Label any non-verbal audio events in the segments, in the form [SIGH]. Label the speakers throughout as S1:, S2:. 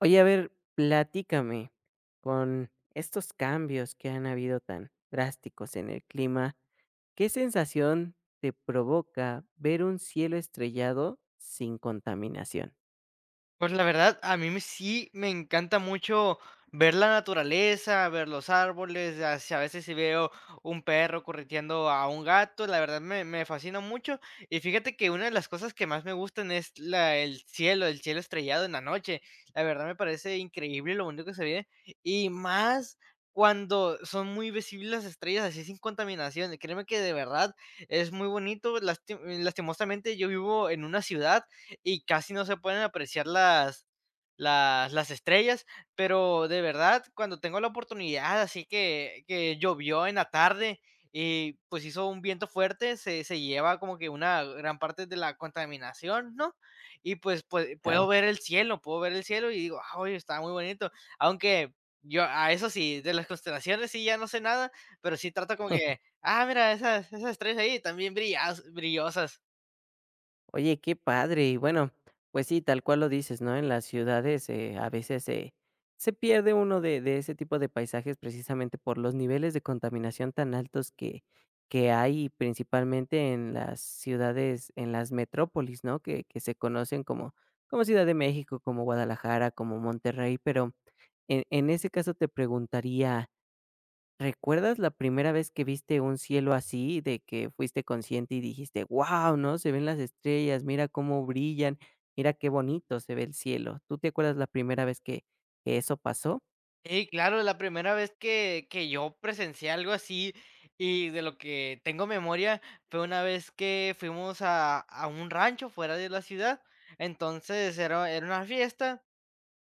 S1: Oye, a ver, platícame, con estos cambios que han habido tan drásticos en el clima, ¿qué sensación te provoca ver un cielo estrellado sin contaminación?
S2: Pues la verdad, a mí me sí me encanta mucho ver la naturaleza, ver los árboles, a veces si veo un perro correteando a un gato, la verdad me fascina mucho. Y fíjate que una de las cosas que más me gustan es la el cielo estrellado en la noche. La verdad me parece increíble lo bonito que se ve, y más cuando son muy visibles las estrellas así sin contaminación. Créeme que de verdad es muy bonito. Lastimosamente yo vivo en una ciudad y casi no se pueden apreciar las estrellas, pero de verdad, cuando tengo la oportunidad, así que llovió en la tarde y pues hizo un viento fuerte, se lleva como que una gran parte de la contaminación, ¿no? Y pues, puedo
S1: O
S2: ver el cielo, puedo ver el cielo y digo, ay, está muy bonito, aunque... Yo, a eso sí, de las constelaciones sí ya no sé nada, pero sí trato como que, ah, mira, esas estrellas ahí también brillosas.
S1: oye, qué padre. Y bueno, pues sí, tal cual lo dices, ¿no? En las ciudades a veces se pierde uno de ese tipo de paisajes precisamente por los niveles de contaminación tan altos que hay principalmente en las ciudades, en las metrópolis, ¿no? Que se conocen como, como Ciudad de México, como Guadalajara, como Monterrey, pero en ese caso te preguntaría, ¿recuerdas la primera vez que viste un cielo así, de que fuiste consciente y dijiste, wow, ¿no? Se ven las estrellas, mira cómo brillan, mira qué bonito se ve el cielo. ¿Tú te acuerdas la primera vez que eso pasó?
S2: Sí, claro, la primera vez que yo presencié algo así, y de lo que tengo memoria, fue una vez que fuimos a un rancho fuera de la ciudad. Entonces, era una fiesta,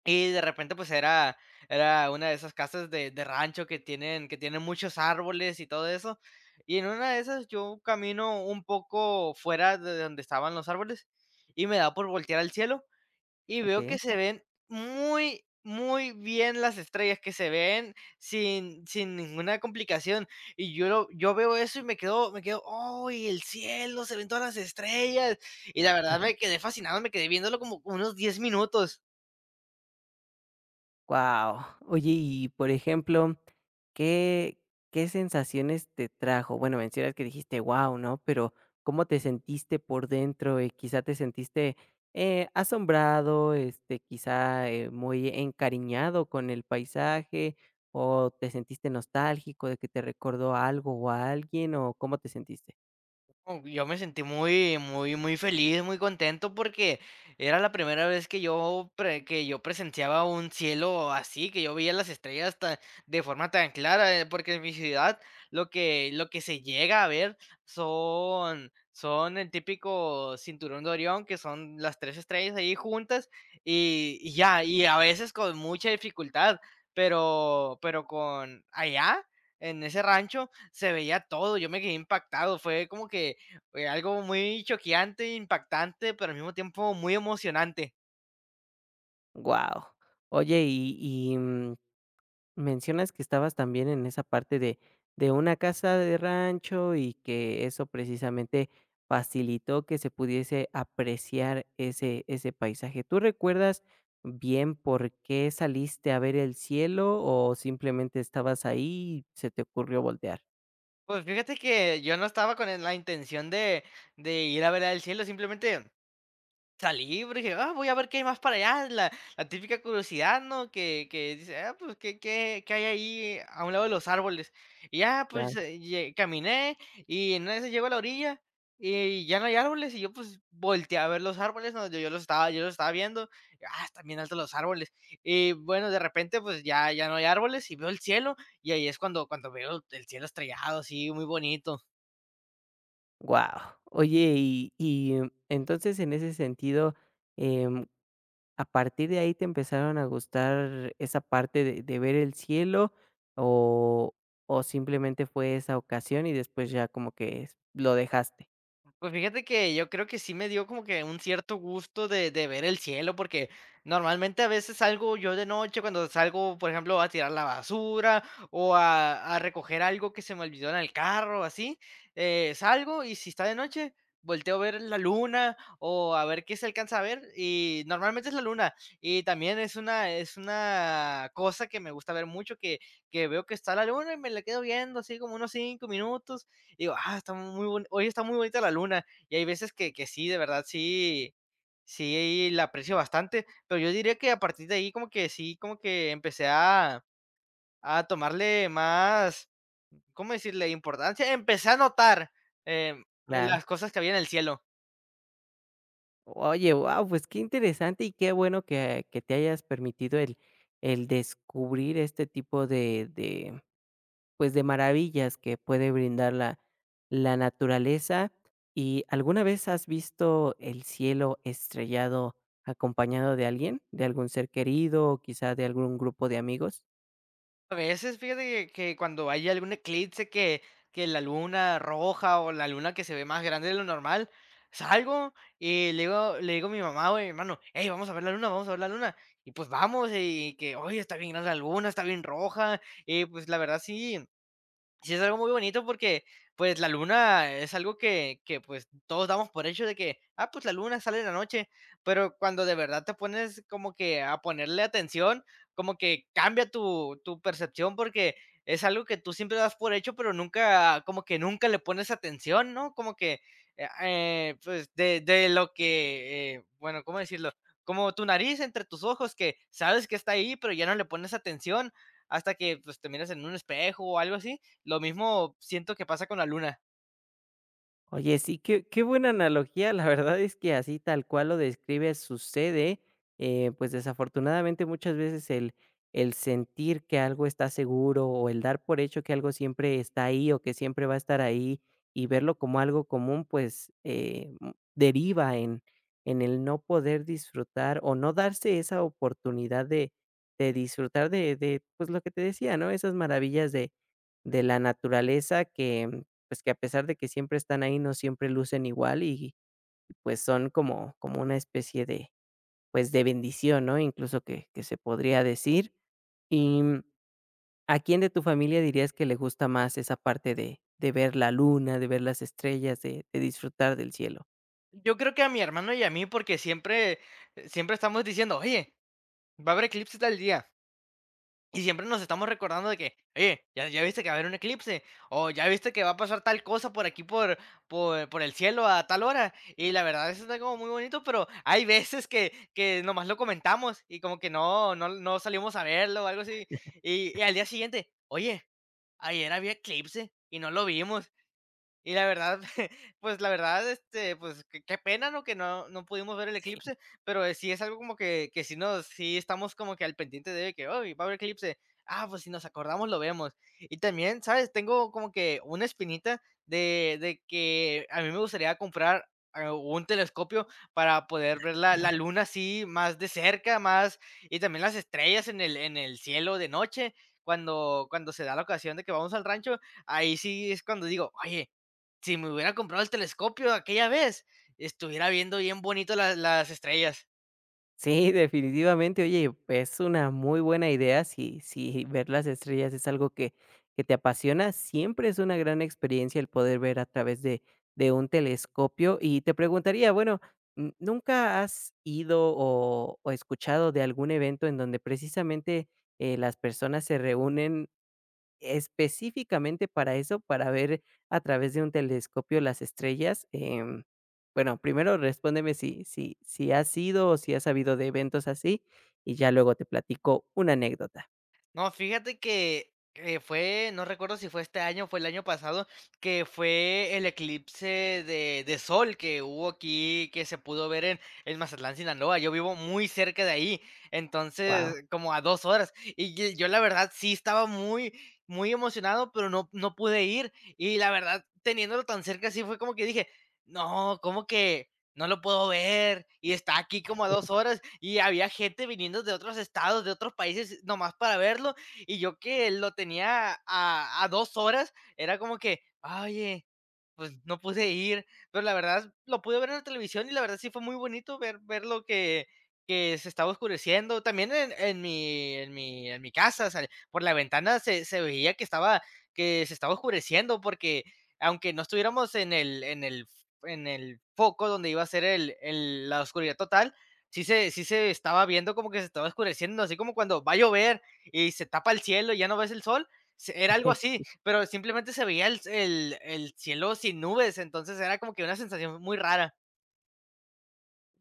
S2: y de repente, pues, era una de esas casas de rancho que tienen muchos árboles y todo eso. Y en una de esas, yo camino un poco fuera de donde estaban los árboles, y me da por voltear al cielo. Y veo
S1: Ok.
S2: que se ven muy, muy bien las estrellas, que se ven sin ninguna complicación. Y yo veo eso y me quedo: "¡Ay, el cielo! Se ven todas las estrellas". Y la verdad me quedé fascinado, me quedé viéndolo como unos 10 minutos.
S1: Wow. Oye, y por ejemplo, ¿qué qué sensaciones te trajo? Bueno, mencionas que dijiste: wow, ¿no? Pero, ¿cómo te sentiste por dentro? Quizá te sentiste, asombrado, este, quizá, muy encariñado con el paisaje, o te sentiste nostálgico de que te recordó a algo o a alguien, o ¿cómo te sentiste?
S2: Oh, yo me sentí muy, muy, muy feliz, muy contento porque era la primera vez que que yo presenciaba un cielo así, que yo veía las estrellas de forma tan clara, porque en mi ciudad lo que se llega a ver son el típico cinturón de Orión, que son las tres estrellas ahí juntas y ya, y a veces con mucha dificultad, pero con allá, en ese rancho se veía todo, yo me quedé impactado, fue como que oye, algo muy choqueante, impactante, pero al mismo tiempo muy emocionante.
S1: Wow. Oye, y mm mencionas que estabas también en esa parte de una casa de rancho y que eso precisamente facilitó que se pudiese apreciar ese ese paisaje. ¿Tú recuerdas bien por qué saliste a ver el cielo o simplemente estabas ahí y se te ocurrió voltear?
S2: Pues fíjate que yo no estaba con la intención de ir a ver al cielo, simplemente salí, porque dije: "Ah, voy a ver qué hay más para allá", la típica curiosidad, ¿no? Que dice: "Ah, pues, ¿qué hay ahí a un lado de los árboles?". Y ya, pues,
S1: Claro.
S2: lle caminé y en una de esas llego a la orilla y ya no hay árboles, y yo, pues, volteé a ver los árboles, ¿no? Yo los estaba viendo, ah, están bien altos los árboles. Y bueno, de repente, pues, ya no hay árboles y veo el cielo, y ahí es cuando veo el cielo estrellado, así, muy bonito.
S1: Wow. Oye, y entonces en ese sentido, em ¿a partir de ahí te empezaron a gustar esa parte de ver el cielo, o o simplemente fue esa ocasión y después ya como que lo dejaste?
S2: Pues fíjate que yo creo que sí me dio como que un cierto gusto de ver el cielo, porque normalmente a veces salgo yo de noche, cuando salgo, por ejemplo, a tirar la basura o a recoger algo que se me olvidó en el carro, así, salgo y si está de noche, volteo a ver la luna o a ver qué se alcanza a ver, y normalmente es la luna. Y también es una cosa que me gusta ver mucho, que veo que está la luna y me la quedo viendo así como unos 5 minutos, y digo: "Ah, está muy boni hoy está muy bonita la luna", y hay veces que sí, de verdad, sí la aprecio bastante, pero yo diría que a partir de ahí como que sí, como que empecé a tomarle más, ¿cómo decirle?, importancia, empecé a notar, em,
S1: Claro.
S2: las cosas que había en el cielo.
S1: Oye, wow, pues qué interesante y qué bueno que te hayas permitido el descubrir este tipo de pues, de maravillas que puede brindar la la naturaleza. ¿Y alguna vez has visto el cielo estrellado acompañado de alguien, de algún ser querido, o quizá de algún grupo de amigos?
S2: A veces, fíjate que cuando hay algún eclipse que la luna roja o la luna que se ve más grande de lo normal, salgo y le digo a mi mamá o a mi hermano: "Hey, vamos a ver la luna, vamos a ver la luna". Y, pues, vamos, y que: "Oye, está bien grande la luna, está bien roja". Y, pues, la verdad sí. Sí, es algo muy bonito porque, pues, la luna es algo que, pues, todos damos por hecho de que, ah, pues, la luna sale en la noche, pero cuando de verdad te pones como que a ponerle atención, como que cambia tu percepción, porque es algo que tú siempre das por hecho, pero nunca como que nunca le pones atención, ¿no? Como que, pues, de lo que, bueno, ¿cómo decirlo? Como tu nariz entre tus ojos, que sabes que está ahí, pero ya no le pones atención hasta que, pues, te miras en un espejo o algo así. Lo mismo siento que pasa con la luna.
S1: Oye, sí, qué qué buena analogía. La verdad es que así tal cual lo describes sucede. Pues desafortunadamente, muchas veces el sentir que algo está seguro, o el dar por hecho que algo siempre está ahí, o que siempre va a estar ahí, y verlo como algo común, pues, deriva en el no poder disfrutar, o no darse esa oportunidad de disfrutar de, pues, lo que te decía, ¿no? Esas maravillas de la naturaleza que pues, que a pesar de que siempre están ahí, no siempre lucen igual y pues, son como como una especie de, pues, de bendición, ¿no? Incluso que se podría decir. Y, ¿a quién de tu familia dirías que le gusta más esa parte de ver la luna, de ver las estrellas, de disfrutar del cielo?
S2: Yo creo que a mi hermano y a mí, porque siempre estamos diciendo, oye, va a haber eclipse tal día. Y siempre nos estamos recordando de que, oye, ya viste que va a haber un eclipse, o ya viste que va a pasar tal cosa por aquí, por el cielo a tal hora. Y la verdad, eso está como muy bonito, pero hay veces que nomás lo comentamos y como que no salimos a verlo o algo así. Y al día siguiente, oye, ayer había eclipse y no lo vimos. Y la verdad, [LAUGHS] pues, la verdad, este, pues, qué pena, ¿no?, que no pudimos ver el eclipse, pero, sí es algo como que sí estamos como que al pendiente de que: "Oy, va a haber eclipse. Ah, pues, si nos acordamos, lo vemos". Y también, ¿sabes?, tengo como que una espinita de que a mí me gustaría comprar, ah, un telescopio para poder ver la
S1: Claro.
S2: la luna así más de cerca, más, y también las estrellas en el cielo de noche. Cuando se da la ocasión de que vamos al rancho, ahí sí es cuando digo: "Oye, si me hubiera comprado el telescopio aquella vez, estuviera viendo bien bonito las estrellas".
S1: Sí, definitivamente. Oye, es una muy buena idea si, si ver las estrellas es algo que te apasiona. Siempre es una gran experiencia el poder ver a través de un telescopio. Y te preguntaría, bueno, ¿nunca has ido o escuchado de algún evento en donde precisamente las personas se reúnen específicamente para eso, para ver a través de un telescopio las estrellas? Bueno, primero respóndeme si si has ido o si has sabido de eventos así, y ya luego te platico una anécdota.
S2: No, fíjate que no recuerdo si fue este año o fue el año pasado, que fue el eclipse de sol que hubo aquí, que se pudo ver en Mazatlán, Sinaloa. Yo vivo muy cerca de ahí,
S1: Wow.
S2: entonces como a 2 horas. Y yo la verdad sí estaba muy, muy emocionado, pero no pude ir. Y la verdad, teniéndolo tan cerca, sí fue como que dije, no, como que no lo puedo ver y está aquí como a 2 horas y había gente viniendo de otros estados, de otros países, nomás para verlo y yo que lo tenía a 2 horas, era como que, oye, pues, no pude ir, pero la verdad lo pude ver en la televisión y la verdad sí fue muy bonito ver lo que se estaba oscureciendo. También en mi casa, o por la ventana se veía que estaba que se estaba oscureciendo, porque aunque no estuviéramos en el foco donde iba a ser el la oscuridad total, sí se estaba viendo como que se estaba oscureciendo, así como cuando va a llover y se tapa el cielo y ya no ves el sol, era algo
S1: [LAUGHS]
S2: así, pero simplemente se veía el cielo sin nubes, entonces era como que una sensación muy rara.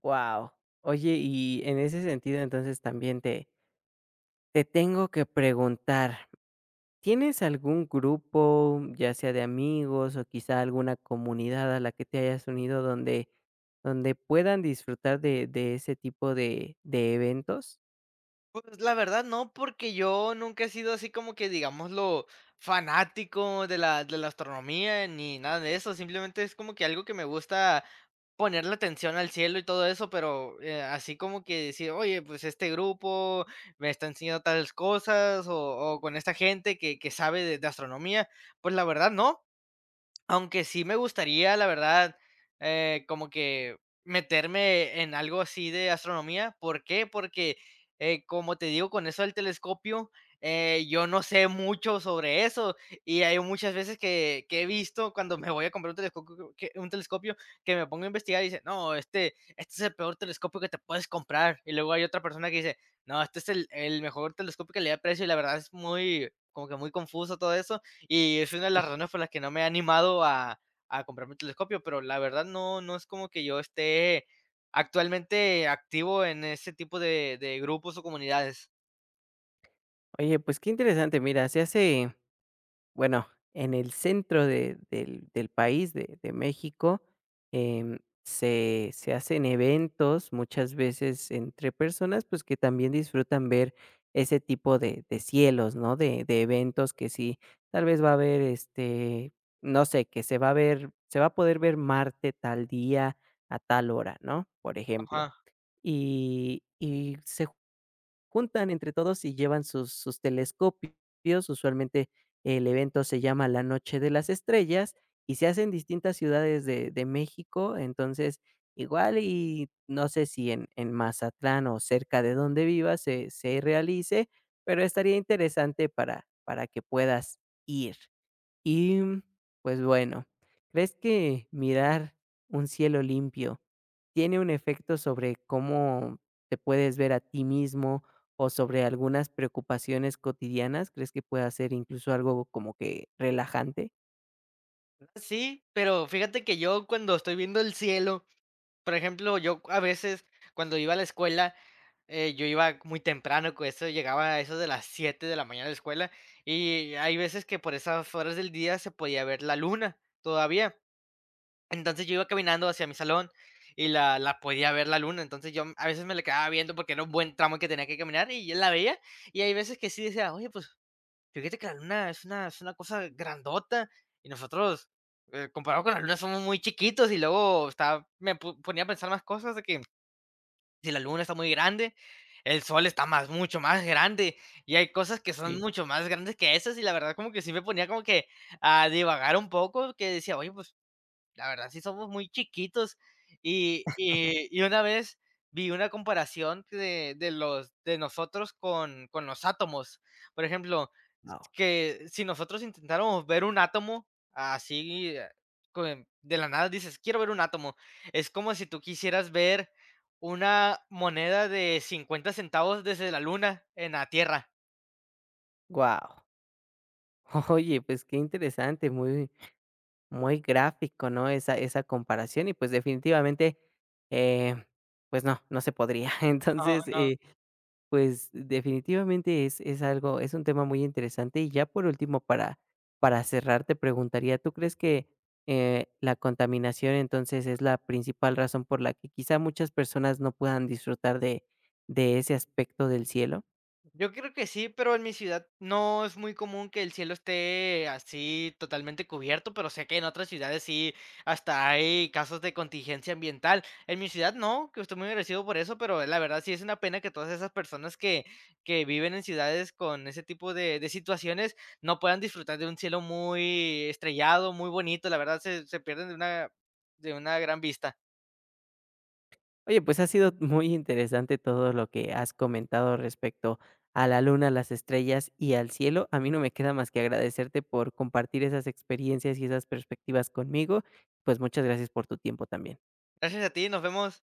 S1: Wow. Oye, y en ese sentido, entonces, también te tengo que preguntar, ¿tienes algún grupo, ya sea de amigos o quizá alguna comunidad a la que te hayas unido donde donde puedan disfrutar de ese tipo de eventos?
S2: Pues la verdad no, porque yo nunca he sido así como que, digámoslo, fanático de de la astronomía ni nada de eso, simplemente es como que algo que me gusta ponerle atención al cielo y todo eso, pero así como que decir, oye, pues este grupo me está enseñando tales cosas o con esta gente que sabe de astronomía, pues la verdad no. Aunque sí me gustaría, la verdad, como que meterme en algo así de astronomía. ¿Por qué? Porque, como te digo, con eso del telescopio, yo no sé mucho sobre eso. Y hay muchas veces que he visto cuando me voy a comprar un telescopio, un telescopio que me pongo a investigar y dice, no, este es el peor telescopio que te puedes comprar. Y luego hay otra persona que dice, no, este es el mejor telescopio que le da precio. Y la verdad es muy, como que muy confuso todo eso. Y es una de las razones por las que no me he animado a comprarme un telescopio, pero la verdad no, no es como que yo esté actualmente activo en ese tipo de grupos o comunidades.
S1: Oye, pues qué interesante, mira, se hace. Bueno, en el centro de del del país, de México, em, se se hacen eventos muchas veces entre personas, pues, que también disfrutan ver ese tipo de cielos, ¿no? De eventos que sí, tal vez va a haber, este, no sé, que se va a ver se va a poder ver Marte tal día, a tal hora, ¿no? Por ejemplo.
S2: Ajá.
S1: Y se juntan entre todos y llevan sus sus telescopios. Usualmente, el evento se llama La Noche de las Estrellas y se hace en distintas ciudades de México. Entonces, igual y no sé si en en Mazatlán o cerca de donde vivas se se realice, pero estaría interesante para que puedas ir. Y, pues bueno, ¿crees que mirar un cielo limpio tiene un efecto sobre cómo te puedes ver a ti mismo o sobre algunas preocupaciones cotidianas? ¿Crees que pueda ser incluso algo como que relajante?
S2: Sí, pero fíjate que yo cuando estoy viendo el cielo, por ejemplo, yo a veces cuando iba a la escuela, yo iba muy temprano, con eso llegaba a eso de las 7 de la mañana a la escuela, y hay veces que por esas horas del día se podía ver la luna todavía. Entonces yo iba caminando hacia mi salón y la podía ver la luna, entonces yo a veces me la quedaba viendo porque era un buen tramo que tenía que caminar y yo la veía, y hay veces que sí decía: "Oye, pues, fíjate que la luna es una cosa grandota, y nosotros, comparado con la luna somos muy chiquitos", y luego estaba me po ponía a pensar más cosas de que si la luna está muy grande, el sol está más mucho más grande, y hay cosas que son
S1: Sí,
S2: mucho más grandes que esas, y la verdad como que sí me ponía como que a divagar un poco, que decía: "Oye, pues, la verdad sí somos muy chiquitos. Y una vez vi una comparación de nosotros con los átomos. Por ejemplo,
S1: wow.
S2: que si nosotros intentáramos ver un átomo así, con de la nada dices: 'Quiero ver un átomo'. Es como si tú quisieras ver una moneda de 50 centavos desde la luna en la Tierra".
S1: Wow. [LAUGHS] Oye, pues qué interesante, muy, muy gráfico, ¿no? Esa comparación y pues definitivamente, eh, pues no, no se podría. [LAUGHS]
S2: No,
S1: Entonces,
S2: no.
S1: pues definitivamente es algo, es un tema muy interesante. Y ya por último, para cerrar, te preguntaría, ¿tú crees la contaminación, entonces, es la principal razón por la que quizá muchas personas no puedan disfrutar de ese aspecto del cielo?
S2: Yo creo que sí, pero en mi ciudad no es muy común que el cielo esté así totalmente cubierto, pero sé que en otras ciudades sí, hasta hay casos de contingencia ambiental. En mi ciudad no, que estoy muy agradecido por eso, pero la verdad sí es una pena que todas esas personas que viven en ciudades con ese tipo de situaciones no puedan disfrutar de un cielo muy estrellado, muy bonito. La verdad se pierden de una gran vista.
S1: Oye, pues, ha sido muy interesante todo lo que has comentado respecto a la luna, las estrellas y al cielo. A mí no me queda más que agradecerte por compartir esas experiencias y esas perspectivas conmigo. Pues, muchas gracias por tu tiempo también.
S2: Gracias a ti, nos vemos.